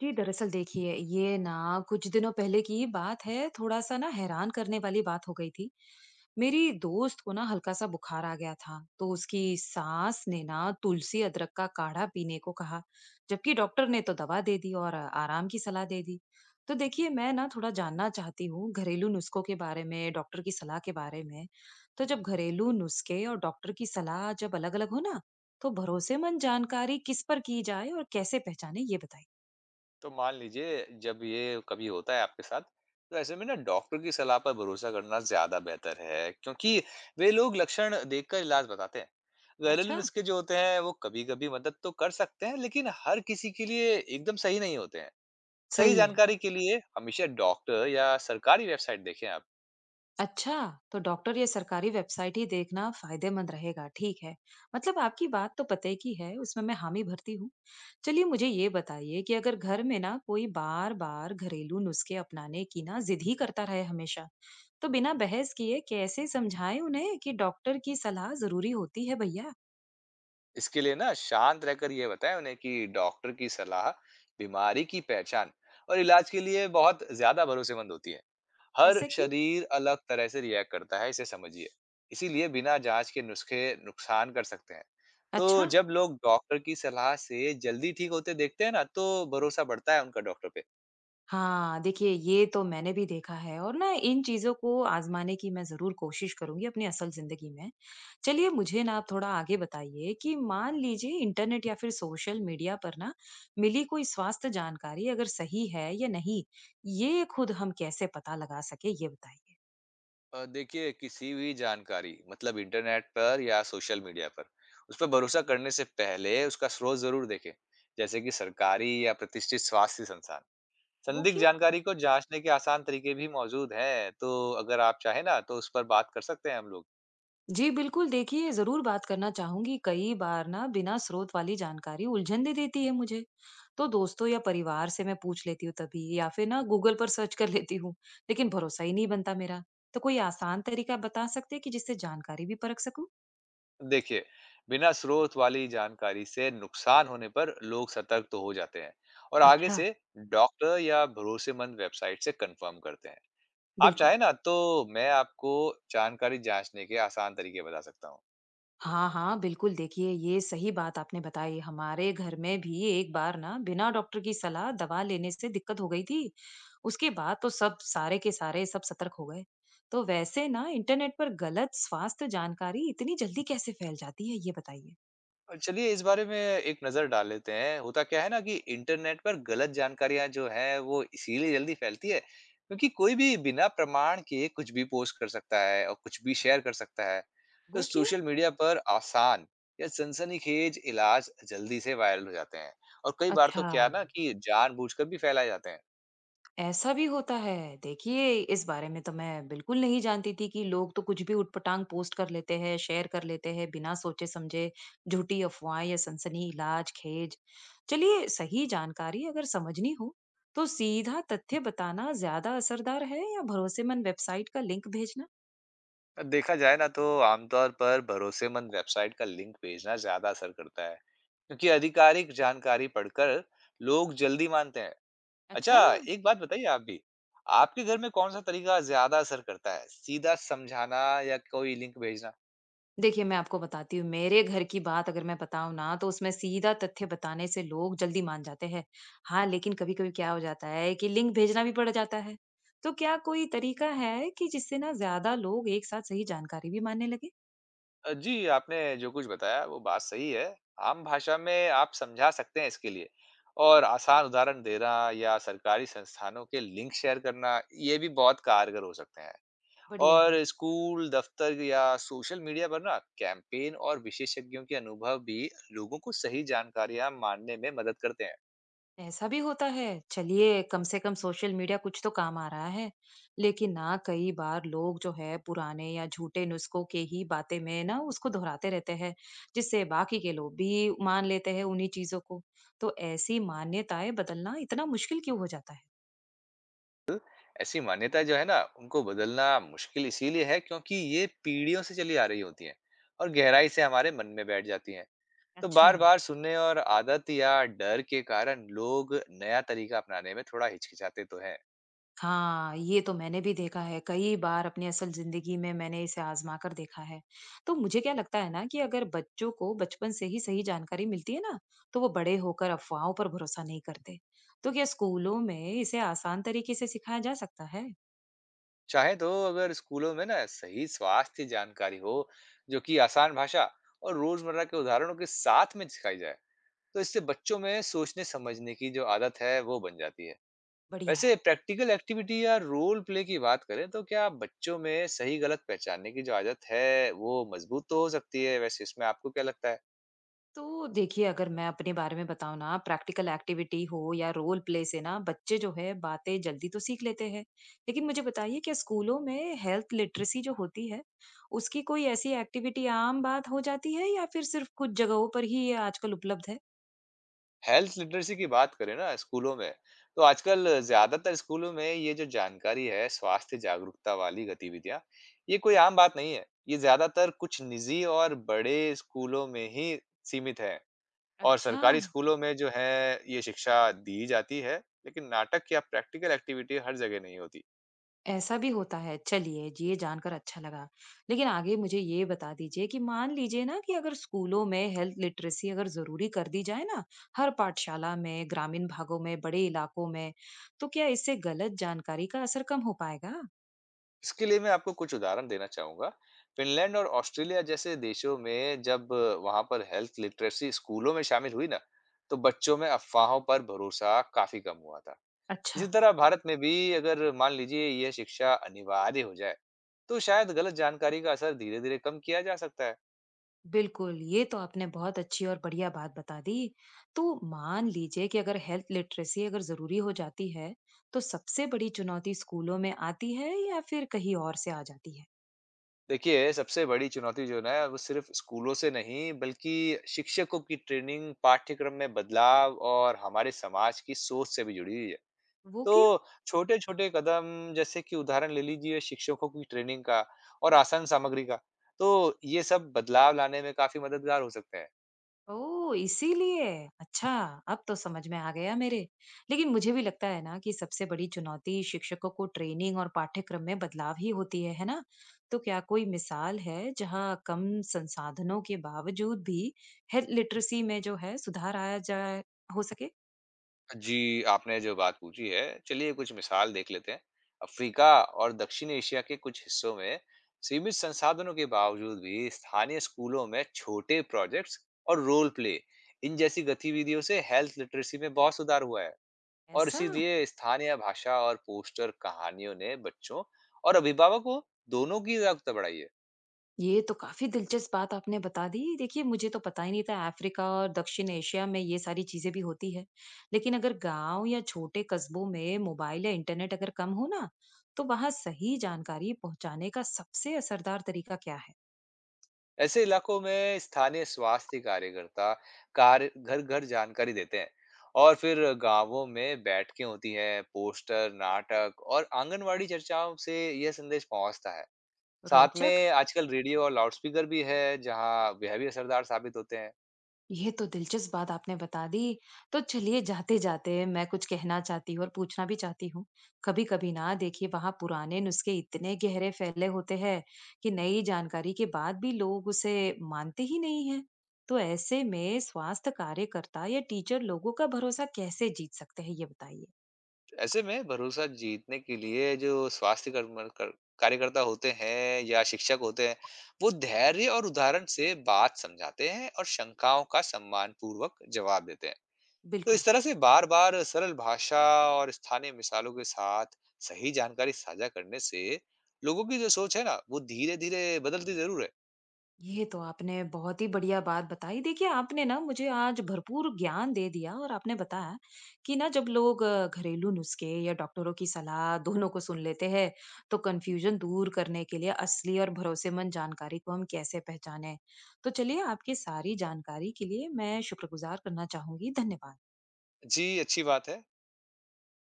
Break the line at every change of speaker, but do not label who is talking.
जी, दरअसल देखिए ये ना कुछ दिनों पहले की बात है, थोड़ा-सा ना हैरान करने वाली बात हो गई थी। मेरी दोस्त को ना हल्का-सा बुखार आ गया था, तो उसकी सास ने ना तुलसी अदरक का काढ़ा पीने को कहा, जबकि डॉक्टर ने तो दवा दे दी और आराम की सलाह दे दी। तो देखिए मैं ना थोड़ा जानना चाहती हूँ घरेलू नुस्खों के बारे में, डॉक्टर की सलाह के बारे में। तो जब घरेलू नुस्खे और डॉक्टर की सलाह जब अलग-अलग हो ना, तो भरोसेमंद जानकारी किस पर की जाए और कैसे पहचाने, ये बताइए।
तो मान लीजिए, जब ये कभी होता है आपके साथ, तो ऐसे में ना डॉक्टर की सलाह पर भरोसा करना ज्यादा बेहतर है, क्योंकि वे लोग लक्षण देखकर इलाज बताते हैं। घरेलू
अच्छा।
नुस्खे जो होते हैं वो कभी कभी मदद तो कर सकते हैं, लेकिन हर किसी के लिए एकदम सही नहीं होते हैं। सही
सही है।
जानकारी के लिए हमेशा डॉक्टर या सरकारी वेबसाइट देखें आप।
अच्छा, तो डॉक्टर या सरकारी वेबसाइट ही देखना फायदेमंद रहेगा, ठीक है। मतलब आपकी बात तो पते की है, उसमें मैं हामी भरती हूँ। चलिए मुझे ये बताइए कि अगर घर में ना कोई बार-बार घरेलू नुस्खे अपनाने की ना जिद ही करता रहे हमेशा, तो बिना बहस किए कैसे समझाएं उन्हें कि डॉक्टर की सलाह ज़रूरी होती है भैया?
इसके लिए ना शांत रहकर ये बताएं उन्हें कि डॉक्टर की सलाह बीमारी की पहचान और इलाज के लिए बहुत ज्यादा भरोसेमंद होती है। हर
ऐसा क्यों?
शरीर अलग तरह से रिएक्ट करता है, इसे समझिए। इसीलिए बिना जांच के नुस्खे नुकसान कर सकते हैं। तो
अच्छा।
जब लोग डॉक्टर की सलाह से जल्दी ठीक होते देखते हैं ना, तो भरोसा बढ़ता है उनका डॉक्टर पे।
हाँ, देखिए ये तो मैंने भी देखा है और ना इन चीज़ों को आज़माने की मैं ज़रूर कोशिश करूँगी अपनी असल ज़िंदगी में। चलिए मुझे ना आप थोड़ा आगे बताइए कि मान लीजिए इंटरनेट या फिर सोशल मीडिया पर ना मिली कोई स्वास्थ्य जानकारी अगर सही है या नहीं, ये खुद हम कैसे पता लगा सके ये बताइए।
देखिए, किसी भी जानकारी, मतलब इंटरनेट पर या सोशल मीडिया पर, उस पर भरोसा करने से पहले उसका स्रोत जरूर देखें, जैसे कि सरकारी या प्रतिष्ठित स्वास्थ्य संस्थान।
वो
संदिग्ध
क्यों?
जानकारी को जांचने के आसान तरीके भी मौजूद हैं, तो अगर आप चाहें ना तो उस पर बात कर सकते हैं हम लोग।
जी बिल्कुल देखिए जरूर बात करना चाहूंगी। कई बार ना बिना स्रोत वाली जानकारी उलझन दे देती है मुझे, तो दोस्तों या परिवार से मैं पूछ लेती हूँ तभी या फिर ना गूगल पर सर्च कर लेती हूँ, लेकिन भरोसा ही नहीं बनता मेरा। तो कोई आसान तरीका बता सकते हैं कि जिससे जानकारी भी परख सकूं?
देखिए, बिना स्रोत वाली जानकारी से नुकसान होने पर लोग सतर्क तो हो जाते हैं, और आगे
अच्छा।
से डॉक्टर या भरोसेमंद वेबसाइट से कंफर्म करते हैं। आप
बिल्कुल।
चाहे ना तो मैं आपको जानकारी जांचने के आसान तरीके बता सकता हूँ।
हाँ हाँ बिल्कुल, देखिए ये सही बात आपने बताई। हमारे घर में भी एक बार ना बिना डॉक्टर की सलाह दवा लेने से दिक्कत हो गई थी। उसके बाद तो सब सारे के सारे सब सतर्क हो गए। तो वैसे ना इंटरनेट पर गलत स्वास्थ्य जानकारी इतनी जल्दी कैसे फैल जाती है, ये बताइए?
और चलिए इस बारे में एक नज़र डाल लेते हैं। होता क्या है ना कि इंटरनेट पर गलत जानकारियाँ जो हैं वो इसीलिए जल्दी फैलती है, क्योंकि कोई भी बिना प्रमाण के कुछ भी पोस्ट कर सकता है और कुछ भी शेयर कर सकता है। तो
वो क्यों?
सोशल मीडिया पर आसान या सनसनीखेज इलाज जल्दी से वायरल हो जाते हैं, और कई बार तो
अच्छा।
क्या ना कि जानबूझकर भी फैलाए जाते हैं।
ऐसा भी होता है। देखिए, इस बारे में तो मैं बिल्कुल नहीं जानती थी कि लोग तो कुछ भी ऊट-पटांग पोस्ट कर लेते हैं, शेयर कर लेते हैं, बिना सोचे-समझे, झूठी अफ़वाहें या सनसनी, लाज-खेज। चलिए, सही जानकारी अगर समझनी हो, तो सीधा तथ्य बताना ज़्यादा असरदार है या भरोसेमंद वेबसाइट का लिंक भेजना?
देखा जाए ना तो आमतौर पर भरोसेमंद वेबसाइट का लिंक भेजना ज़्यादा असर करता है, क्योंकि आधिकारिक जानकारी पढ़कर लोग जल्दी मानते हैं।
अच्छा।
अच्छा, एक बात बताइए आप भी, आपके घर में कौन-सा तरीका ज़्यादा असर करता है? सीधा समझाना या कोई लिंक भेजना?
देखिए, मैं आपको बताती हूँ, मेरे घर की बात अगर मैं बताऊँ ना, तो उसमें सीधा तथ्य बताने से लोग जल्दी मान जाते हैं। हाँ, लेकिन कभी-कभी क्या हो जाता है कि लिंक भेजना भी पड़ जाता है। तो क्या कोई तरीका है कि जिससे ना ज़्यादा लोग एक साथ सही जानकारी भी मानने लगे?
जी, आपने जो कुछ बताया वो बात सही है। आम भाषा में आप समझा सकते हैं इसके लिए, और आसान उदाहरण देना या सरकारी संस्थानों के लिंक शेयर करना, ये भी बहुत कारगर हो सकते हैं।
बढ़िया है।
और स्कूल, दफ्तर या सोशल मीडिया पर ना कैंपेन और विशेषज्ञों के अनुभव भी लोगों को सही जानकारियाँ मानने में मदद करते हैं।
ऐसा भी होता है। चलिए कम से कम सोशल मीडिया कुछ तो काम आ रहा है। लेकिन ना कई बार लोग जो है पुराने या झूठे नुस्खों के ही बातें में ना उसको दोहराते रहते हैं, जिससे बाकी के लोग भी मान लेते हैं उन्हीं चीजों को। तो ऐसी मान्यताएं बदलना इतना मुश्किल क्यों हो जाता है?
ऐसी मान्यता जो है ना, उनको बदलना मुश्किल इसीलिए है क्योंकि ये पीढ़ियों से चली आ रही होती हैं और गहराई से हमारे मन में बैठ जाती हैं। तो
अच्छा।
बार बार सुनने और आदत या डर के कारण लोग नया तरीका अपनाने में थोड़ा हिचकिचाते तो हैं।
हाँ, ये तो मैंने भी देखा है। कई बार अपनी असल ज़िंदगी में मैंने इसे आज़मा कर देखा है। तो मुझे क्या लगता है ना कि अगर बच्चों को बचपन से ही सही जानकारी मिलती है ना, तो वो बड़े होकर अफ़वाहों पर भरोसा नहीं करते। तो क्या स्कूलों में इसे आसान तरीके से सिखाया जा सकता है?
चाहे तो अगर स्कूलों में ना सही स्वास्थ्य जानकारी हो, जो कि आसान भाषा और रोजमर्रा के उदाहरणों के साथ में सिखाई जाए, तो इससे बच्चों में सोचने समझने की जो आदत है वो बन जाती है।
बढ़िया
वैसे
है।
प्रैक्टिकल एक्टिविटी या रोल प्ले की बात करें तो क्या बच्चों में सही गलत पहचानने की जो आदत है वो मजबूत तो हो सकती है? वैसे इसमें आपको क्या लगता है?
तो देखिए, अगर मैं अपने बारे में बताऊँ ना, प्रैक्टिकल एक्टिविटी हो या रोल प्ले से ना बच्चे जो है बातें जल्दी तो सीख लेते हैं। लेकिन मुझे बताइए क्या स्कूलों में हेल्थ लिटरेसी जो होती है, उसकी कोई ऐसी एक्टिविटी आम बात हो जाती है या फिर सिर्फ कुछ जगहों पर ही ये आजकल उपलब्ध है?
हेल्थ लिटरेसी की बात करें ना स्कूलों में, तो आजकल ज्यादातर स्कूलों में ये जो जानकारी है, स्वास्थ्य जागरूकता वाली गतिविधियां, ये कोई आम बात नहीं है। ये ज्यादातर कुछ निजी और बड़े स्कूलों में ही सीमित है। और
अच्छा।
सरकारी स्कूलों में जो है ये शिक्षा दी जाती है, लेकिन नाटक या प्रैक्टिकल एक्टिविटी हर जगह नहीं होती।
ऐसा भी होता है। चलिए, जी, ये जानकर अच्छा लगा। लेकिन आगे मुझे ये बता दीजिए कि मान लीजिए ना कि अगर स्कूलों में हेल्थ लिटरेसी अगर ज़रूरी कर दी जाए ना, हर पाठशाला में, ग्रामीण भागों में, बड़े इलाकों में, तो क्या इससे गलत जानकारी का असर कम हो पाएगा?
इसके लिए मैं आपको कुछ उदाहरण देना चाहूँगा। फ़िनलैंड और ऑस्ट्रेलिया जैसे देशों में जब वहाँ पर हेल्थ लिटरेसी स्कूलों में शामिल हुई ना, तो बच्चों में अफ़वाहों पर भरोसा काफ़ी कम हुआ था।
अच्छा,
इसी तरह भारत में भी अगर मान लीजिए यह शिक्षा अनिवार्य हो जाए, तो शायद गलत जानकारी का असर धीरे-धीरे कम किया जा सकता है।
बिल्कुल। ये तो आपने बहुत अच्छी और बढ़िया बात बता दी। तो मान लीजिए कि अगर हेल्थ लिटरेसी अगर ज़रूरी हो जाती है, तो सबसे बड़ी चुनौती स्कूलों में आती है या फिर कहीं और से आ जाती है?
देखिए, सबसे बड़ी चुनौती जो ना है, वो सिर्फ स्कूलों से नहीं, बल्कि शिक्षकों की ट्रेनिंग, पाठ्यक्रम में बदलाव और हमारे समाज की सोच से भी जुड़ी हुई है।
वो क्यों?
तो छोटे-छोटे कदम, जैसे कि उदाहरण ले लीजिए शिक्षकों की ट्रेनिंग का और आसान सामग्री का, तो ये सब बदलाव लाने में काफ़ी मददगार हो सकते हैं।
ओह! इसीलिए। अच्छा, अब तो समझ में आ गया मेरे। लेकिन मुझे भी लगता है ना कि सबसे बड़ी चुनौती शिक्षकों को ट्रेनिंग और पाठ्यक्रम में बदलाव ही होती है ना? तो क्या कोई मिसाल है जहाँ कम संसाधनों के बावजूद भी हेल्थ लिटरेसी में जो है सुधार आया जाए हो सके?
जी, आपने जो बात पूछी है, चलिए कुछ मिसाल देख लेते हैं। अफ्रीका और दक्षिण एशिया के कुछ हिस्सों में सीमित संसाधनों के बावजूद भी स्थानीय स्कूलों में छोटे प्रोजेक्ट्स और रोल प्ले इन जैसी गतिविधियों से हेल्थ लिटरेसी में बहुत सुधार हुआ है। और
ऐसा?
इसीलिए स्थानीय भाषा और पोस्टर कहानियों ने बच्चों और अभिभावकों दोनों की जागरूकता बढ़ाई है।
ये तो काफ़ी दिलचस्प बात आपने बता दी। देखिए, मुझे तो पता ही नहीं था अफ्रीका और दक्षिण एशिया में ये सारी चीज़ें भी होती है। लेकिन अगर गाँव या छोटे कस्बों में मोबाइल या इंटरनेट अगर कम हो ना, तो वहाँ सही जानकारी पहुँचाने का सबसे असरदार तरीका क्या है?
ऐसे इलाकों में स्थानीय स्वास्थ्य कार्यकर्ता कार्य घर घर जानकारी देते हैं, और फिर गांवों में बैठकें होती है। पोस्टर, नाटक और आंगनवाड़ी चर्चाओं से यह संदेश पहुंचता है। साथ
रोचक।
में आजकल रेडियो और लाउडस्पीकर भी है, जहां वह भी असरदार साबित होते हैं।
ये तो दिलचस्प बात आपने बता दी। तो चलिए जाते-जाते मैं कुछ कहना चाहती हूँ और पूछना भी चाहती हूँ। कभी-कभी ना देखिए वहाँ पुराने नुस्खे इतने गहरे फैले होते हैं कि नई जानकारी के बाद भी लोग उसे मानते ही नहीं हैं। तो ऐसे में स्वास्थ्य कार्यकर्ता या टीचर लोगों का भरोसा कैसे जीत सकते हैं, ये बताइए?
ऐसे में भरोसा जीतने के लिए जो स्वास्थ्य कार्यकर्ता होते हैं या शिक्षक होते हैं, वो धैर्य और उदाहरण से बात समझाते हैं और शंकाओं का सम्मान पूर्वक जवाब देते हैं। तो
बिल्कुल।
इस तरह से बार बार सरल भाषा और स्थानीय मिसालों के साथ सही जानकारी साझा करने से लोगों की जो सोच है ना, वो धीरे धीरे बदलती जरूर है।
ये तो आपने बहुत ही बढ़िया बात बताई। देखिए, आपने ना मुझे आज भरपूर ज्ञान दे दिया और आपने बताया कि ना जब लोग घरेलू नुस्खे या डॉक्टरों की सलाह दोनों को सुन लेते हैं, तो कन्फ्यूजन दूर करने के लिए असली और भरोसेमंद जानकारी को हम कैसे पहचानें। तो चलिए, आपकी सारी जानकारी के लिए मैं शुक्रगुजार करना चाहूंगी। धन्यवाद।
जी, अच्छी बात है।